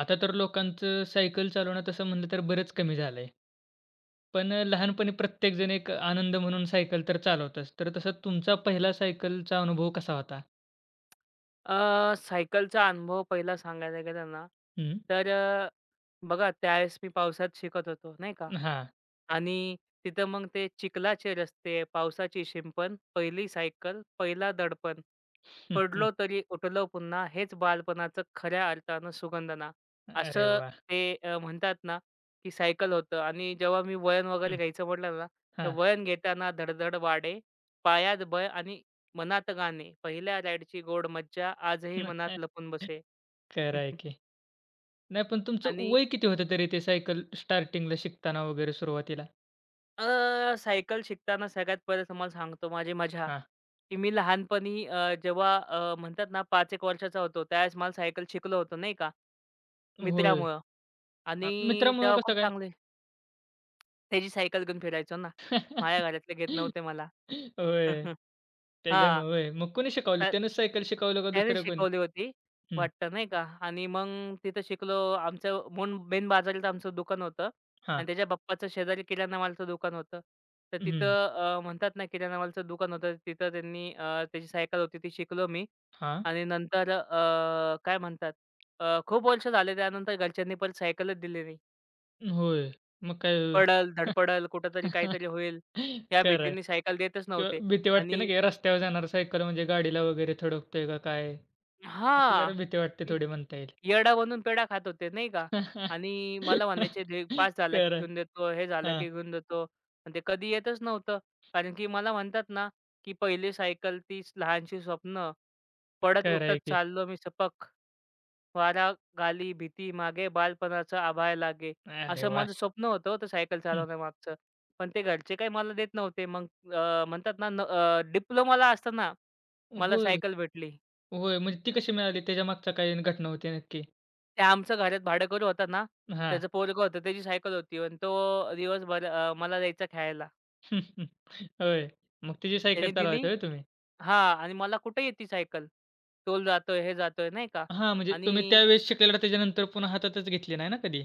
आता तर लोकांचं सायकल चालवणं तसं म्हणलं तर बरंच कमी झालंय. पण लहानपणी प्रत्येकजण एक आनंद म्हणून सायकल तर चालवतच. तर तसा तुमचा पहिला सायकलचा अनुभव कसा होता? सायकलचा अनुभव पहिला सांगायला गेला ना, हं. तर बघा त्यावेळेस मी पावसात शिकत होतो, नाही का? हां. आणि तिथं मग ते चिखलाचे रस्ते, पावसाची शिंपण, पहिली सायकल, पहिला दडपण, हं, हं. पडलो तरी उठलो पुन्हा, हेच बालपणाचं खऱ्या अर्थानं सुगंधना. अरे असं वाह! ते म्हणतात ना, की सायकल होतं आणि जेव्हा मी वळण वगैरे हं. घ्यायचं म्हटलं ना, तर हां. वळण घेताना धडधड वाडे, पायात बळ आणि मनात गाणे. पहिल्या राईडची गोड मज्जा आजही मनात लपून बसे. खरं आहे की. नाही पण तुमचं आणि वय किती होतं तरी ते सायकल स्टार्टिंगला शिकताना वगैरे सुरुवातीला? सायकल शिकताना सगळ्यात पहिले तुम्हाला सांगतो माझी मजा, हां. की मी लहानपणी जेव्हा म्हणतात ना 5-1 वर्षाचा होतो, त्यावेळेस मला सायकल शिकलो होतो नाही का, होय. मित्रामुळं आणि मित्रामुळं तेव्हा खूप कसं काय? चांगले त्याची सायकल घेऊन फिरायचो ना. माझ्या घरातले घेत नव्हते मला. होय. हां. त्याच्यामुळं होय. मग कोणी शिकवली? तर त्यानंच सायकल शिकवलं का त्यावेळेस दुसरं कोणी? शिकवली होती हं. वाटतं नाही का आणि मग तिथं शिकलो. आमचं मून मेन बाजारात आमचं दुकान होतं हां. आणि त्याच्या बाप्पाचं शेजारी किराणा मालाचं दुकान होतं. तर हं. तिथं म्हणतात ना किराणा मालाचं दुकान होतं. तिथं त्यांनी त्याची सायकल होती ती शिकलो मी हां, आणि नंतर काय म्हणतात खूप वर्ष झाले त्यानंतर घरच्यांनी परत सायकलच दिली नाही. होय. मग काय. पडल, धडपडल, कुठेतरी काहीतरी होईल या खरं आहे. भीतीने सायकल देतच किंवा नव्हते भीती वाटते ना, आणि की रस्त्यावर जाणार सायकल म्हणजे गाडीला वगैरे थडकतोय का काय? अशी जरा हां. भीती वाटते थोडी म्हणता येईल. येडा बनून पेढा खात होते, नाही का? आणि मला म्हणायचे, "दे पास झाला की खरं आहे. घेऊन देतो, हे झालं हां, की घेऊन देतो." पण ते कधी येतच नव्हतं. कारण की मला म्हणतात ना, की पहिली सायकल तीच लहानशी स्वप्न, पडत खरं उठत आहे की. चाललो मी सपक, वारा गाली भीती मागे, बालपणाचं आभाळ लागे. अरे असं वाह! माझं स्वप्न होतं हो ते सायकल हं. चालवण्यामागचं. पण ते घरचे काही मला देत नव्हते. मग म्हणतात ना, डिप्लोमाला असताना मला होय, सायकल भेटली. होय. म्हणजे ती कशी मिळाली? त्याच्यामागचा काही घटना होती नक्की? ते आमचं घरात भाडेकरू होता ना, हां. त्याचं पोरगं होतं, त्याची सायकल होती आणि तो दिवसभर मला द्यायचा खेळायला. होय. मग तिची सायकल त्याने दिली चालवायचा होय तुम्ही? हां आणि मला कुठे आहे सायकल. टोल जातोय, हे जातोय नाही का हां, म्हणजे आणि तुम्ही त्यावेळेस शिकलेला त्याच्यानंतर पुन्हा हातातच घेतली नाही ना कधी?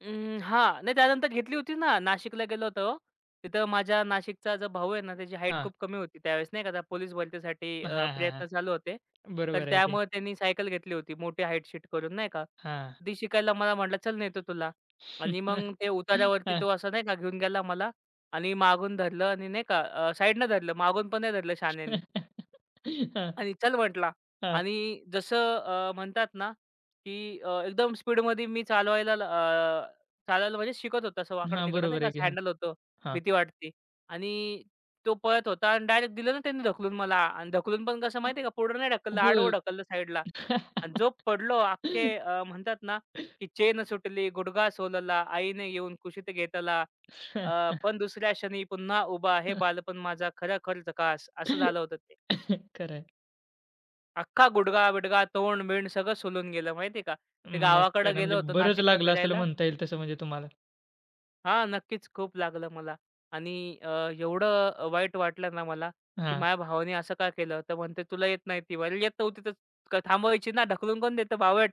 अं, हां. नाही त्यानंतर घेतली होती ना. नाशिकला गेलो होतो. तिथं माझ्या नाशिकचा जो भाऊ आहे ना, त्याची हाईट हां. खूप कमी होती त्यावेळेस नाही का. त्या पोलीस भरतीसाठी हां, हां, प्रयत्न हां. चालू होते. तर बरोबर आहे की. त्यामुळे त्यांनी सायकल घेतली होती मोठी हाईट शीट करून नाही का. हां. ती शिकायला मला म्हटलं, "चल नेतो तुला." आणि मग ते उतारावरती हां. तो असा नाही का घेऊन गेला मला आणि मागून धरलं आणि नाही का साईडनं धरलं, मागून पण नाही धरलं शहाण्यानी. हां, आणि चल म्हटला. हां. आणि जसं म्हणतात ना, की एकदम स्पीडमध्ये मी चालायला म्हणजे शिकत होतो. असं हां, वाकडं-तिकडं नाही बरोबर का, आहे की. असं हां, हँडल होतं. हां. भीती वाटते. आणि तो पळत होता आणि डायरेक्ट दिलं ना त्यांनी ढकलून मला आणि ढकलून पण कसं माहिती का, पुढं नाही ढकललं, आडवं होय. ढकललं साईडला आणि जो पडलो अख्खे म्हणतात ना, की चेन सुटली, गुडघा सोलला, आईने येऊन कुशीत घेतला. हां, पण दुसऱ्या क्षणी पुन्हा उभा, हे हां. बालपण माझा खरं-खर झकास, असं झालं होतं खरं आहे. अख्खा गुडगा-बिडगा, तोंड-बिंड सगळं सोलून गेलं माहिती आहे का. ते मग काय गावाकडं ना गेलो म्हणजे होतो बरंच नाशिकला लागलं असेल फिरायला म्हणता येईल तसं म्हणजे तुम्हाला. हां, नक्कीच खूप लागलं मला आणि अ, एवढं वाईट वाटलं ना मला, की हां. माझ्या भावाने असं का केलं? तर म्हणते, "तुला येत नाही ती." अरे येत नव्हती तर थांबवायची ना, ढकलून कोण देतं बावळट,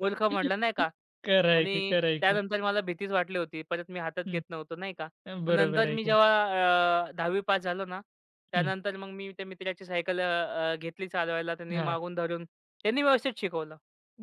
मूर्ख म्हटलं नाही का खरं आणि की, खरं की. त्यानंतर मला भीतीच वाटली होती. परत मी हातात घेत नव्हतो नाही का. हं, पण बरोबर नंतर आहे मी की. जेव्हा 10वी पास झालो ना, हं, त्यानंतर मग मी त्या मित्राची सायकल अ, अ, घेतली चालवायला. त्यांनी हां. मागून धरून त्यांनी व्यवस्थित शिकवलं.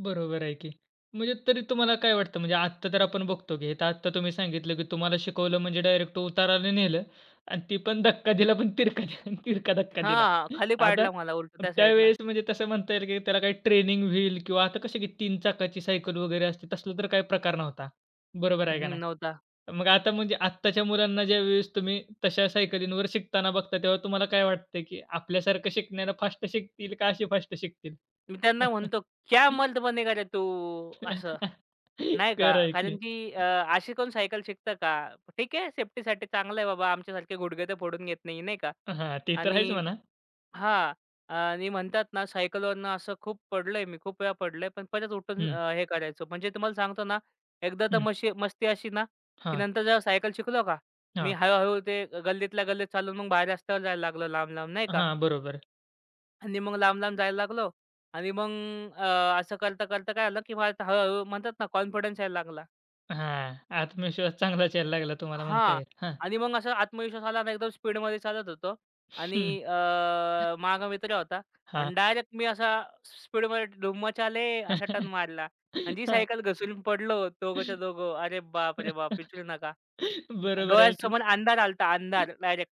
बरोबर आहे की. म्हणजे तरी तुम्हाला काय वाटतं म्हणजे आत्ता तर आपण बघतो की इथं आत्ता तुम्ही सांगितलं की तुम्हाला शिकवलं म्हणजे डायरेक्ट उताराला नेलं आणि ती पण धक्का दिला पण तिरका धक्का दिला. हां, खाली आता पाडला मला उलटं त्या साईडला. त्यावेळेस म्हणजे तसं म्हणता येईल की त्याला काही ट्रेनिंग व्हील किंवा आता कसं की 3 चाकाची सायकल वगैरे असते तसला तर काही प्रकार नव्हता. बरोबर आहे का हं, नाही? नव्हता. मग आता म्हणजे आत्ताच्या मुलांना ज्यावेळेस तुम्ही तशा सायकलींवर शिकताना बघता तेव्हा तुम्हाला काय वाटतं की आपल्यासारखं शिकण्याला फास्ट शिकतील का अशी फास्ट शिकतील? मी त्यांना म्हणतो, "क्या मर्द बनेगा रे तू?" असं, नाही का. खरं आहे कारण की. की अशी कोण सायकल शिकतं का? ठीक आहे, सेफ्टीसाठी चांगलं आहे बाबा, आमच्यासारखे गुडघे तर फोडून घेत नाही, नाही का. हां, ते तर आहेच आणि म्हणा. हां, आणि म्हणतात ना, सायकलवरनं असं खूप पडलंय मी, खूप वेळा पडलंय, पण परत उठून हं, हे करायचो. म्हणजे तुम्हाला सांगतो ना, एकदा तर हं. मशी मस्ती अशी ना, की हां, नंतर जेव्हा सायकल शिकलो का, मी हां, हळू-हळू ते गल्लीतल्या गल्लीत चालून मग बाहेर रस्त्यावर जायला लागलो लांब-लांब, नाही का. हां, बरोबर. आणि मग लांब-लांब जायला लागलो आणि मग अ, असं करता-करता काय झालं, की मला आता हळू-हळू म्हणतात ना कॉन्फिडन्स यायला लागला. हां, आत्मविश्वास चांगलाच यायला लागला तुम्हाला म्हणता हां. येईल. हां, आणि मग असा आत्मविश्वास आला ना एकदम स्पीडमध्ये चालत होतो आणि हं, मागे मित्र होता हां. आणि डायरेक्ट मी असा स्पीडमध्ये धुम्मचाले असा टर्न मारला आणि जी हां. सायकल घसरून पडलो दोघंच्या दोघं. अरे बाप रे बाप! विचारू नका. बरोबर आहे की. डोळ्यासमोर अंधार आला अंधार डायरेक्ट.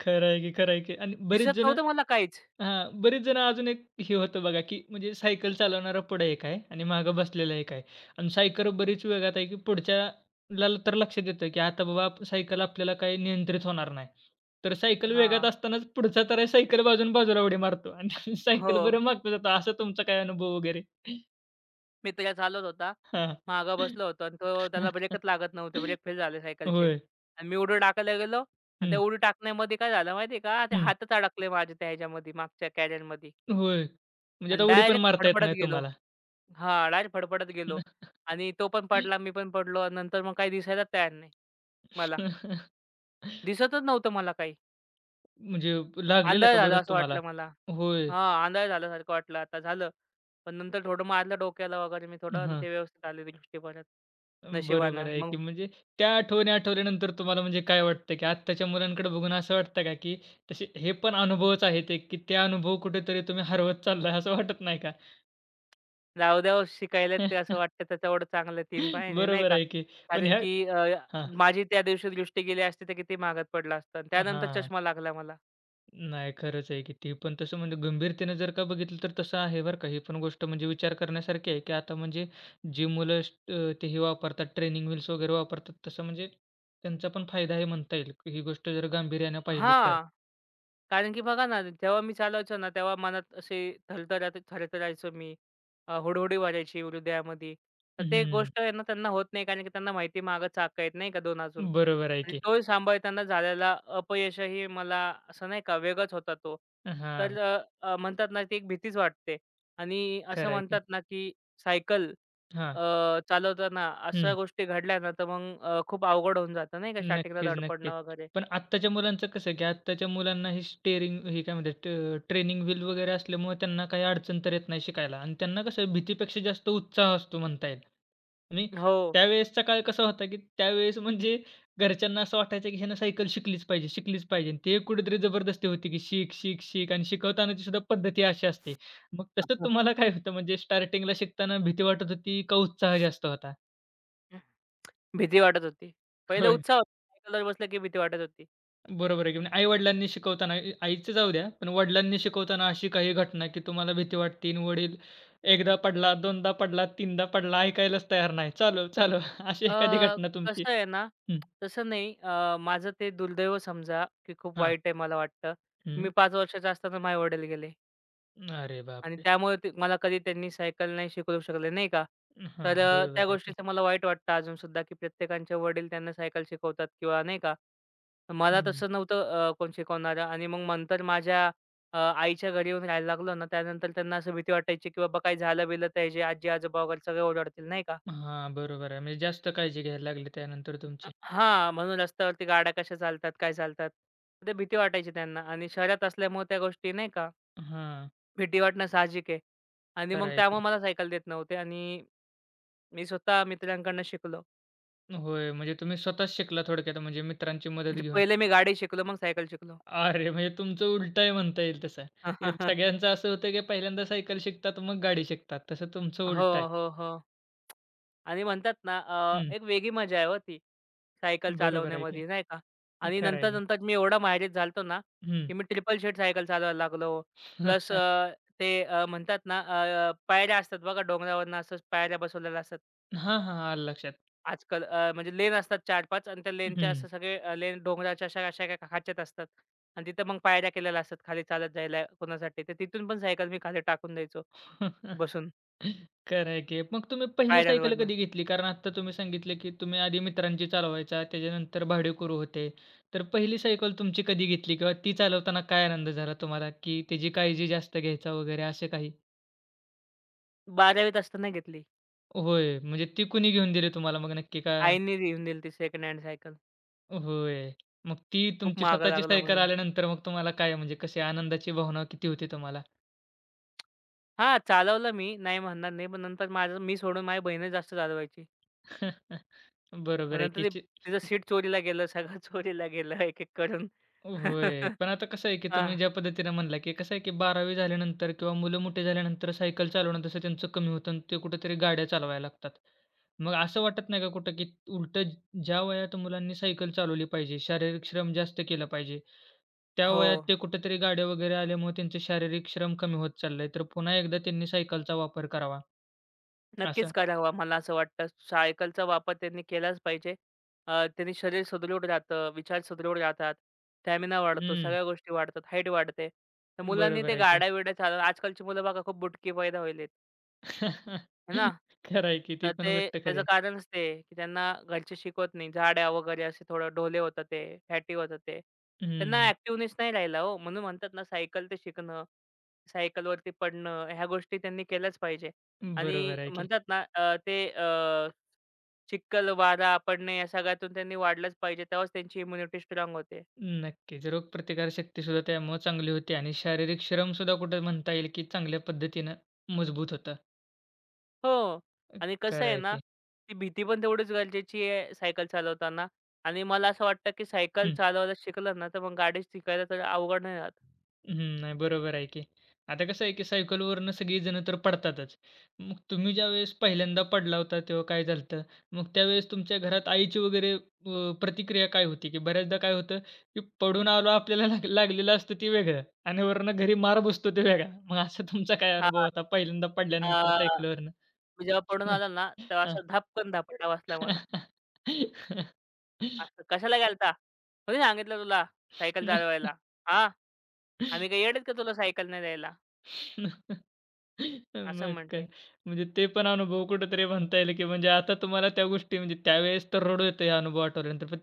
खरं आहे की, खरं आहे की आणि बरीच दिसत जण नव्हतं मला काहीच. हां, बरेच जण अजून एक हे होतं बघा, की म्हणजे सायकल चालवणारा पुढं एक आहे आणि मागं बसलेला एक आहे आणि सायकल बरीच वेगात आहे, की पुढच्याला तर लक्षात येतं, की आता बाबा आप सायकल आपल्याला काही नियंत्रित होणार नाही. तर सायकल वेगात हां. असतानाच पुढचा तर आहे सायकल बाजून बाजूला उडी मारतो आणि हो. सायकल बरं मागं जातो. असा तुमचा काय अनुभव वगैरे? मित्र चालवत होता. हां. मागं बसलो होतो आणि तो त्याला ब्रेकच लागत नव्हते. ब्रेक फेल झाले सायकलचे होय. आणि मी उडी टाकायला गेलो आणि त्या हं, उडी टाकण्यामध्ये काय झालं माहिती आहे का? ते हं. हातच अडकले माझे त्या ह्याच्यामध्ये मागच्या कॅरियरमध्ये होय. म्हणजे आता आणि उडी पण डायरेक्ट मारता येत फडफडत नाही गेलो. तुम्हाला. हां, डायरेक्ट फडफडत गेलो आणि तो पण पडला, मी पण पडलो आणि नंतर मग काही दिसायलाच तयार नाही मला. दिसतच नव्हतं मला काही. म्हणजे लागलेलं आंधळ का झालं बरंच असं तुम्हाला? वाटलं मला. होय. हां, आंधळ झाल्यासारखं वाटलं आता झालं. पण नंतर थोडं मारलं डोक्याला वगैरे मी थोडं आणि हां. ते व्यवस्थित आले दृष्टी परत बरोबर नशिबानं. आहे मग की म्हणजे त्या आठवणी आठवल्यानंतर तुम्हाला म्हणजे काय वाटतं, की आत्ताच्या मुलांकडे बघून असं वाटतं का, की तसे हे पण अनुभवच आहेत एक, की ते अनुभव कुठेतरी तुम्ही हरवत चाललाय असं वाटत नाही का? राहू द्या हो शिकायला ते असं वाटतं त्याच्यावर चांगलं 3 पायाने नाही बरोबर का. आहे की. पण कारण ह्या की हां. माझी त्या दिवशी दृष्टी गेली असती तर किती महागात पडला असता आणि त्यानंतर हां. चष्मा लागला मला. नाही खरंच आहे की ती पण तसं म्हणजे गंभीरतेनं जर का बघितलं तर तसं आहे बरं का. ही पण गोष्ट म्हणजे विचार करण्यासारखी आहे, की आता म्हणजे जी मुलं ते हे वापरतात ट्रेनिंग व्हील्स वगैरे वापरतात तसं म्हणजे त्यांचा पण फायदा आहे म्हणता येईल. ही गोष्ट जर गांभीर्यानं पाहिली तर. हां. कारण की बघा ना, जेव्हा मी चालवायचो ना, तेव्हा मनात अशी थरथरात थरथरायचो मी हुडहुडी भरायची हृदयामध्ये. तर ते हं. गोष्ट आहे ना त्यांना होत नाही कारण की त्यांना माहिती मागं चाक आहेत नाही का 2 अजून. बरोबर आहे आणि की. तोही सांभाळताना झालेला अपयशही मला असं नाही का वेगळाच होता तो. तर हां, अ, अ, म्हणतात ना ती एक भीतीच वाटते. आणि असं खरं आहे की. म्हणतात ना की सायकल हां. चालवताना अशा हं. गोष्टी घडल्या ना तर मग खूप अवघड होऊन जातं नाही का स्टार्टिंगला नक्कीच, नक्कीच. धडपडणं वगैरे. पण आत्ताच्या मुलांचं कसं आहे, की आत्ताच्या मुलांना हे स्टेअरिंग हे काय म्हणतात ट्रेनिंग व्हील वगैरे असल्यामुळे त्यांना काही अडचण तर येत नाही शिकायला आणि त्यांना कसं भीतीपेक्षा जास्त उत्साह असतो म्हणता येईल. आणि हो. त्यावेळेसचा काळ कसा होता, की त्यावेळेस म्हणजे घरच्यांना असं वाटायचं, की ह्यानं सायकल शिकलीच पाहिजे, शिकलीच पाहिजे. आणि ते कुठेतरी जबरदस्ती होती, की शिक, शिक, शिक आणि शिकवतानाची सुद्धा पद्धती अशी असते. मग तसं तुम्हाला काय होतं म्हणजे स्टार्टिंगला शिकताना भीती वाटत होती का उत्साह जास्त होता? भीती वाटत होती. पहिलं होय. उत्साह होता सायकलवर बसलं की भीती वाटत होती. बरोबर आहे की म्हणजे आई-वडिलांनी शिकवताना आईचं जाऊ द्या, पण वडिलांनी शिकवताना अशी काही घटना की तुम्हाला भीती वाटते आणि वडील एकदा पडला, दोनदा पडला, तीनदा पडला, ऐकायलाच तयार नाही. चालव, चालव. अशी अ, एखादी घटना तुमची? कसं आहे ना, हं. तसं नाही. माझं ते दुर्दैव समजा, की खूप हां. वाईट आहे मला वाटतं. मी हं. पाच वर्षाचा असताना माझे वडील गेले अरे आणि बापरे! त्यामुळे ते मला कधी त्यांनी सायकल नाही शिकवू शकले, नाही का. हां, तर त्या बरोबर आहे की. गोष्टीचं मला वाईट वाटतं अजून सुद्धा, की प्रत्येकाचे वडील त्यांना सायकल शिकवतात किंवा नाही का. मला हं. तसं नव्हतं कोण शिकवणारं आणि मग नंतर माझ्या आईच्या घरी येऊन राहायला लागलो ना, त्यानंतर त्यांना असं भीती वाटायची, की बाबा काही झालं-बिलं तर ह्याचे आजी-आजोबा वगैरे सगळे ओरडतील, नाही का. हां, बरोबर आहे. म्हणजे जास्त काळजी घ्यायला लागली त्यानंतर तुमची. हां, म्हणून रस्त्यावरती गाड्या कशा चालतात, काय चालतात. ते भीती वाटायची त्यांना आणि शहरात असल्यामुळे त्या गोष्टी नाही का, हां, भीती वाटणं साहजिक आहे. आणि खरं मग आहे की. त्यामुळे मला सायकल देत नव्हते आणि मी स्वतः मित्रांकडून शिकलो. होय, म्हणजे तुम्ही स्वतःच शिकला थोडक्यात म्हणजे मित्रांची मदत म्हणजे घेऊन. पहिले मी गाडी शिकलो, मग सायकल शिकलो. अरे! म्हणजे तुमचं उलटं आहे म्हणता येईल तसं. की सगळ्यांचं असं होतं, की पहिल्यांदा सायकल शिकतात, मग गाडी शिकतात. तसं तुमचं हो, उलटं आहे. हो, हो. आणि म्हणतात ना हं, एक वेगळी मजा आहे हो ती, सायकल बरोबर आहे की. चालवण्यामध्ये नाही का? आणि खरं आहे की. नंतर-नंतर मी एवढा माहिरेज झालो होतो ना, हं. की मी ट्रिपल सीट सायकल चालवायला लागलो. प्लस ते म्हणतात ना पायऱ्या असतात बघा डोंगरावरनं असं पायऱ्या बसवलेल्या असतात. हां, हां. आलं लक्षात. आजकाल म्हणजे लेन असतात 4-5 आणि त्या लेनच्या हं. असं सगळे लेन डोंगराच्या अशा अशा खाचेत असतात आणि तिथं मग पायऱ्या केलेल्या असतात खाली चालत जायला कोणासाठी. तर तिथून पण सायकल मी खाली टाकून द्यायचो बसून खरं आहे की. मग तुम्ही पहिली सायकल पायऱ्यांवरनं. कधी घेतली? कारण आत्ता तुम्ही सांगितलं, की तुम्ही आधी मित्रांची चालवायचा, त्याच्यानंतर भाडेकरू होते. तर पहिली सायकल तुमची कधी घेतली किंवा ती चालवताना काय आनंद झाला तुम्हाला, की त्याची काळजी जास्त घ्यायचा वगैरे असं काही? 12वीत असताना घेतली. होय. म्हणजे ती कुणी घेऊन दिली तुम्हाला मग नक्की का? आईने घेऊन दिली ती सेकंड हँड सायकल. होय. मग ती खूप तुमची मागं स्वतःची लागला सायकल म्हणून. आल्यानंतर मग तुम्हाला काय म्हणजे कशी आनंदाची भावना किती होती तुम्हाला? हां, चालवलं मी, नाही म्हणणार नाही. पण नंतर माझं मी सोडून माझी बहीणच जास्त चालवायची. मग बरोबर आहे, नंतर की ते ची तिचं सीट चोरीला गेलं, सगळं चोरीला गेलं एक-एक करून. होय. पण आता कसं आहे, की हां. तुम्ही ज्या पद्धतीनं म्हणला, की कसं आहे, की 12वी झाल्यानंतर किंवा मुलं मोठी झाल्यानंतर सायकल चालवणं तसं त्यांचं कमी होतं आणि ते कुठेतरी गाड्या चालवायला लागतात. मग असं वाटत नाही का कुठं, की उलटं ज्या वयात मुलांनी सायकल चालवली पाहिजे, शारीरिक श्रम जास्त केला पाहिजे, त्या हो. वयात ते कुठेतरी गाड्या वगैरे आल्यामुळे त्यांचे शारीरिक श्रम कमी होत चाललंय. तर पुन्हा एकदा त्यांनी सायकलचा वापर करावा? नक्कीच असं करावा मला असं वाटतं. सायकलचा वापर त्यांनी केलाच पाहिजे. त्यांनी शरीर सुदृढ राहतं, विचार सुदृढ राहतात, स्टॅमिना वाढतो, हं, सगळ्या गोष्टी वाढतात, हाईट वाढते. तर मुलांनी बरोबर ते आहे की. गाड्या-बिड्या चालवणं आजकालची मुलं बघा खूप बुटकी पैदा होईलेत. आहे ना? खरं आहे की ती तर ते पण गोष्ट खरी त्याचं आहे. कारणच ते आहे, की त्यांना घरचे शिकवत नाही. जाड्या वगैरे असे थोडं ढोले होतात ते, फॅटी होतात ते. त्यांना हं, ॲक्टिव्हनेस नाही राहिला हो. म्हणून म्हणतात ना सायकल ते शिकणं, सायकलवरती पडणं ह्या गोष्टी त्यांनी केल्याच पाहिजे. आणि बरोबर आहे की. म्हणतात ना चिखल, वारा पडणे या सगळ्यातून त्यांनी वाढलंच पाहिजे. तेव्हाच त्यांची इम्युनिटी स्ट्राँग होते. नक्कीच. रोगप्रतिकारशक्ती सुद्धा त्यामुळं चांगली होते आणि शारीरिक श्रम सुद्धा कुठं म्हणता येईल की चांगल्या पद्धतीनं मजबूत होतं. हो. आणि कसं खरं आहे आहे ना, की. ती भीती पण तेवढीच गरजेची आहे सायकल चालवताना आणि मला असं वाटतं, की सायकल चालवायला शिकलं ना, तर मग गाडी शिकायला तर अवघड नाही राहत. हं, नाही बरोबर आहे की. आता कसं आहे की सायकलवरनं सगळीजण तर पडतातच. मग तुम्ही ज्यावेळेस पहिल्यांदा पडला होता तेव्हा काय झालं होतं? मग त्यावेळेस तुमच्या घरात आईची वगैरे प्रतिक्रिया काय होती? की बऱ्याचदा काय होतं की पडून आलो आपल्याला लाग लागलेलं असतं ते वेगळं आणि वरनं घरी मार बसतो ते वेगळा. मग असा तुमचा काय अनुभव हां, होता पहिल्यांदा अ, पडल्यानंतर सायकलवरनं? मी जेव्हा पडून आलो ना, तेव्हा हां. असा धपकन धपाटा बसला मला. असं "कशाला गेलता? कोणी सांगितलं तुला सायकल चालवायला? हां, आम्ही काही येडे का तुला सायकल नाही द्यायला?" असं मग काय. म्हटले. म्हणजे ते पण अनुभव कुठेतरी म्हणता येईल, की म्हणजे आता तुम्हाला त्या गोष्टी म्हणजे त्यावेळेस तर रडू येतं हे अनुभव आठवल्यानंतर, पण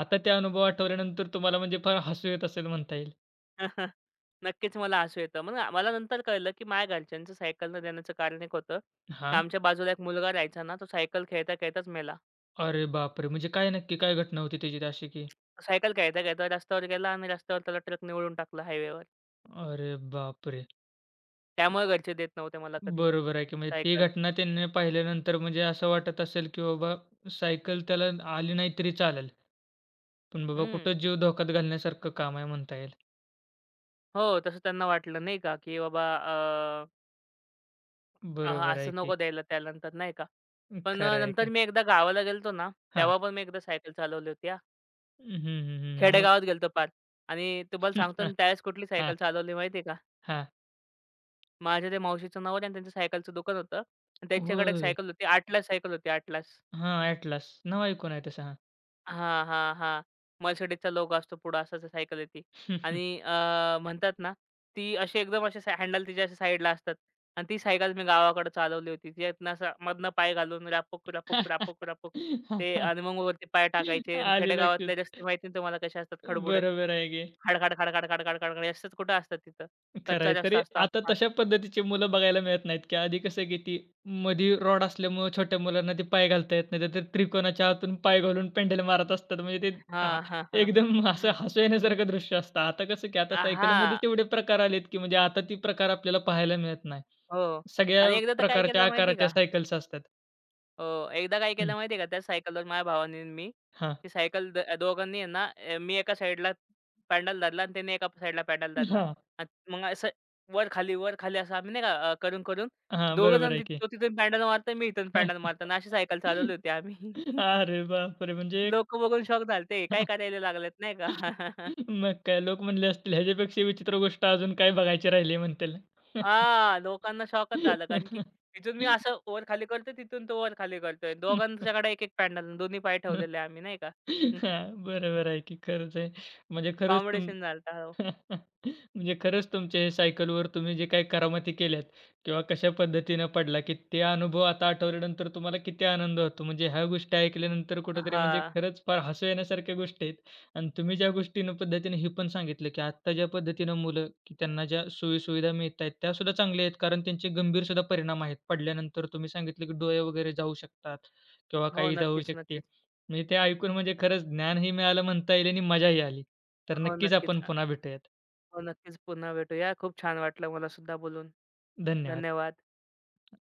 आता ते अनुभव आठवल्यानंतर तुम्हाला म्हणजे फार हसू येत असेल म्हणता येईल. नक्कीच मला हसू येतं. मग मला नंतर कळलं, की माझ्या घरच्यांचं सायकल न देण्याचं कारण एक होतं, की हां. आमच्या बाजूला एक मुलगा राहायचा ना, तो सायकल खेळता-खेळताच मेला. अरे बापरे! म्हणजे काय नक्की काय घटना होती त्याची अशी की? सायकल घ्यायचा, घ्यायचा रस्त्यावर गेला आणि रस्त्यावर त्याला ट्रकने उडवून टाकलं हायवेवर. अरे बापरे! त्यामुळे घरचे देत नव्हते मला कधी बरोबर आहे की म्हणजे ती सायकल. घटना त्यांनी पाहिल्यानंतर म्हणजे असं वाटत असेल, की बाबा सायकल त्याला आली नाही तरी चालेल. पण बाबा हं. कुठं जीव धोक्यात घालण्यासारखं काम आहे म्हणता येईल. हो, तसं त्यांना वाटलं नाही का, की बाबा हां, बरोबर आहे असं की. नको द्यायला त्यानंतर नाही का. पण खरं आहे नंतर की. मी एकदा गावाला गेलो ना, हां. तेव्हा पण मी एकदा सायकल चालवली होती हां. हं, हं, हं, हं. मग खेडेगावात गेलो पार आणि तुम्हाला सांगतो ना त्यावेळेस कुठली हां, सायकल चालवली माहिती आहे का? हां. माझ्या त्या मावशीचं नवरा आणि त्यांचं सायकलचं दुकान होतं आणि त्यांच्याकडे एक होय. सायकल होती. Atlas सायकल होती Atlas. हां, Atlas. नाव ऐकून आहे तसं. हां, हां, हां. Mercedesचा लोगो असतो पुढं असं सायकल आहे ती. आणि म्हणतात ना, ती अशी एकदम असे हँडल तिच्या अशा साईडला असतात आणि ती सायकल मी गावाकडे चालवली होती. त्यातनं असा मधनं पाय घालून रापूक, रापूक, रापूक, रापूक हां. ते आणि मग वरती पाय टाकायचे आणि आली लक्षात. खेडेगावातले रस्ते माहिती ना तुम्हाला कसे असतात खडबुडेत. बरोबर आहे की. खाड, खाड, खाड, खाड, खाड, खाड, खाड, खाड रस्तेच कुठं असतात तिथं. खरं कच्चा आहे. तरी रस्ता असतो आता अख्खा. तशा पद्धतीची मुलं बघायला मिळत नाहीत, की आधी कसं आहे, की ती मधी रॉड असल्यामुळं छोट्या मुलांना ते पाय घालता येत नाही. तर त्रिकोणाच्या आतून पाय घालून पेंडल मारत असतात. म्हणजे ते हां, हां, हां, हां. एकदम असं हसू येण्यासारखं दृश्य असतं. आता कसं, की आता सायकलमध्येच हां. एवढे प्रकार आलेत, की म्हणजे आता ते प्रकार आपल्याला पाहायला मिळत नाही. हो. आणि सगळ्या एकदा तर काय प्रकारच्या केलं माहिती का? आकाराच्या सायकल्स असतात. हो, एकदा काय हं, केलं माहिती आहे का, त्या सायकलवर माझ्या भावाने आणि मी हां, ती सायकल दोघांनी आहे ना, मी एका साईडला पॅडल धरला आणि त्याने एका साईडला पॅडल धरला. हां, आणि मग असं वर-खाली, वर-खाली असं आम्ही नाही का करून-करून हां, दोघं बरोबर जण आहे तिथ की. तो तिथून पॅडल मारतोय, मी इथून पॅडल मारतो आणि अशी सायकल चालवली होती आम्ही. अरे बापरे! म्हणजे लोकं बघून शॉक झालते, काय करायला लागलेत?" नाही का? मग काय लोक म्हणले असतील, ह्याच्यापेक्षा विचित्र गोष्ट अजून काय बघायची राहिली म्हणतील. हां, लोकांना शॉकच झालं कारण की तिथून मी असं वर-खाली करतोय, तिथून तो वर-खाली करतोय. दोघांच्याकडे एक-एक पॅडल, दोन्ही पाय ठेवलेले आम्ही नाही का. हां, बरोबर आहे की खरंच आहे. म्हणजे खरंच कॉमेडी तुम सीन म्हणजे खरंच तुमच्या हे सायकलवर तुम्ही जे काही करामती केल्यात किंवा कशा पद्धतीनं पडला, की ते अनुभव आता आठवल्यानंतर तुम्हाला किती आनंद होतो. म्हणजे ह्या गोष्टी ऐकल्यानंतर कुठेतरी म्हणजे हां. खरंच फार हसू येण्यासारख्या गोष्टी आहेत. आणि तुम्ही ज्या गोष्टीनं पद्धतीने हे पण सांगितलं, की आत्ता ज्या पद्धतीनं मुलं, की त्यांना ज्या सोयी मिळत आहेत, त्यासुद्धा चांगल्या आहेत. कारण त्यांचे गंभीर सुद्धा परिणाम आहेत. पडल्यानंतर तुम्ही सांगितलं, की डोळे वगैरे जाऊ शकतात किंवा हो, काही इजा नक्कीच, शकते. नक्कीच. म्हणजे ते ऐकून म्हणजे खरंच ज्ञानही मिळालं म्हणता येईल आणि मजाही आली. तर हो, नक्कीच नक्कीच. आपण पुन्हा भेटूयात. हो, नक्कीच. पुन्हा भेटूया. खूप छान वाटलं मला सुद्धा बोलून. धन्यवाद. धन्यवाद.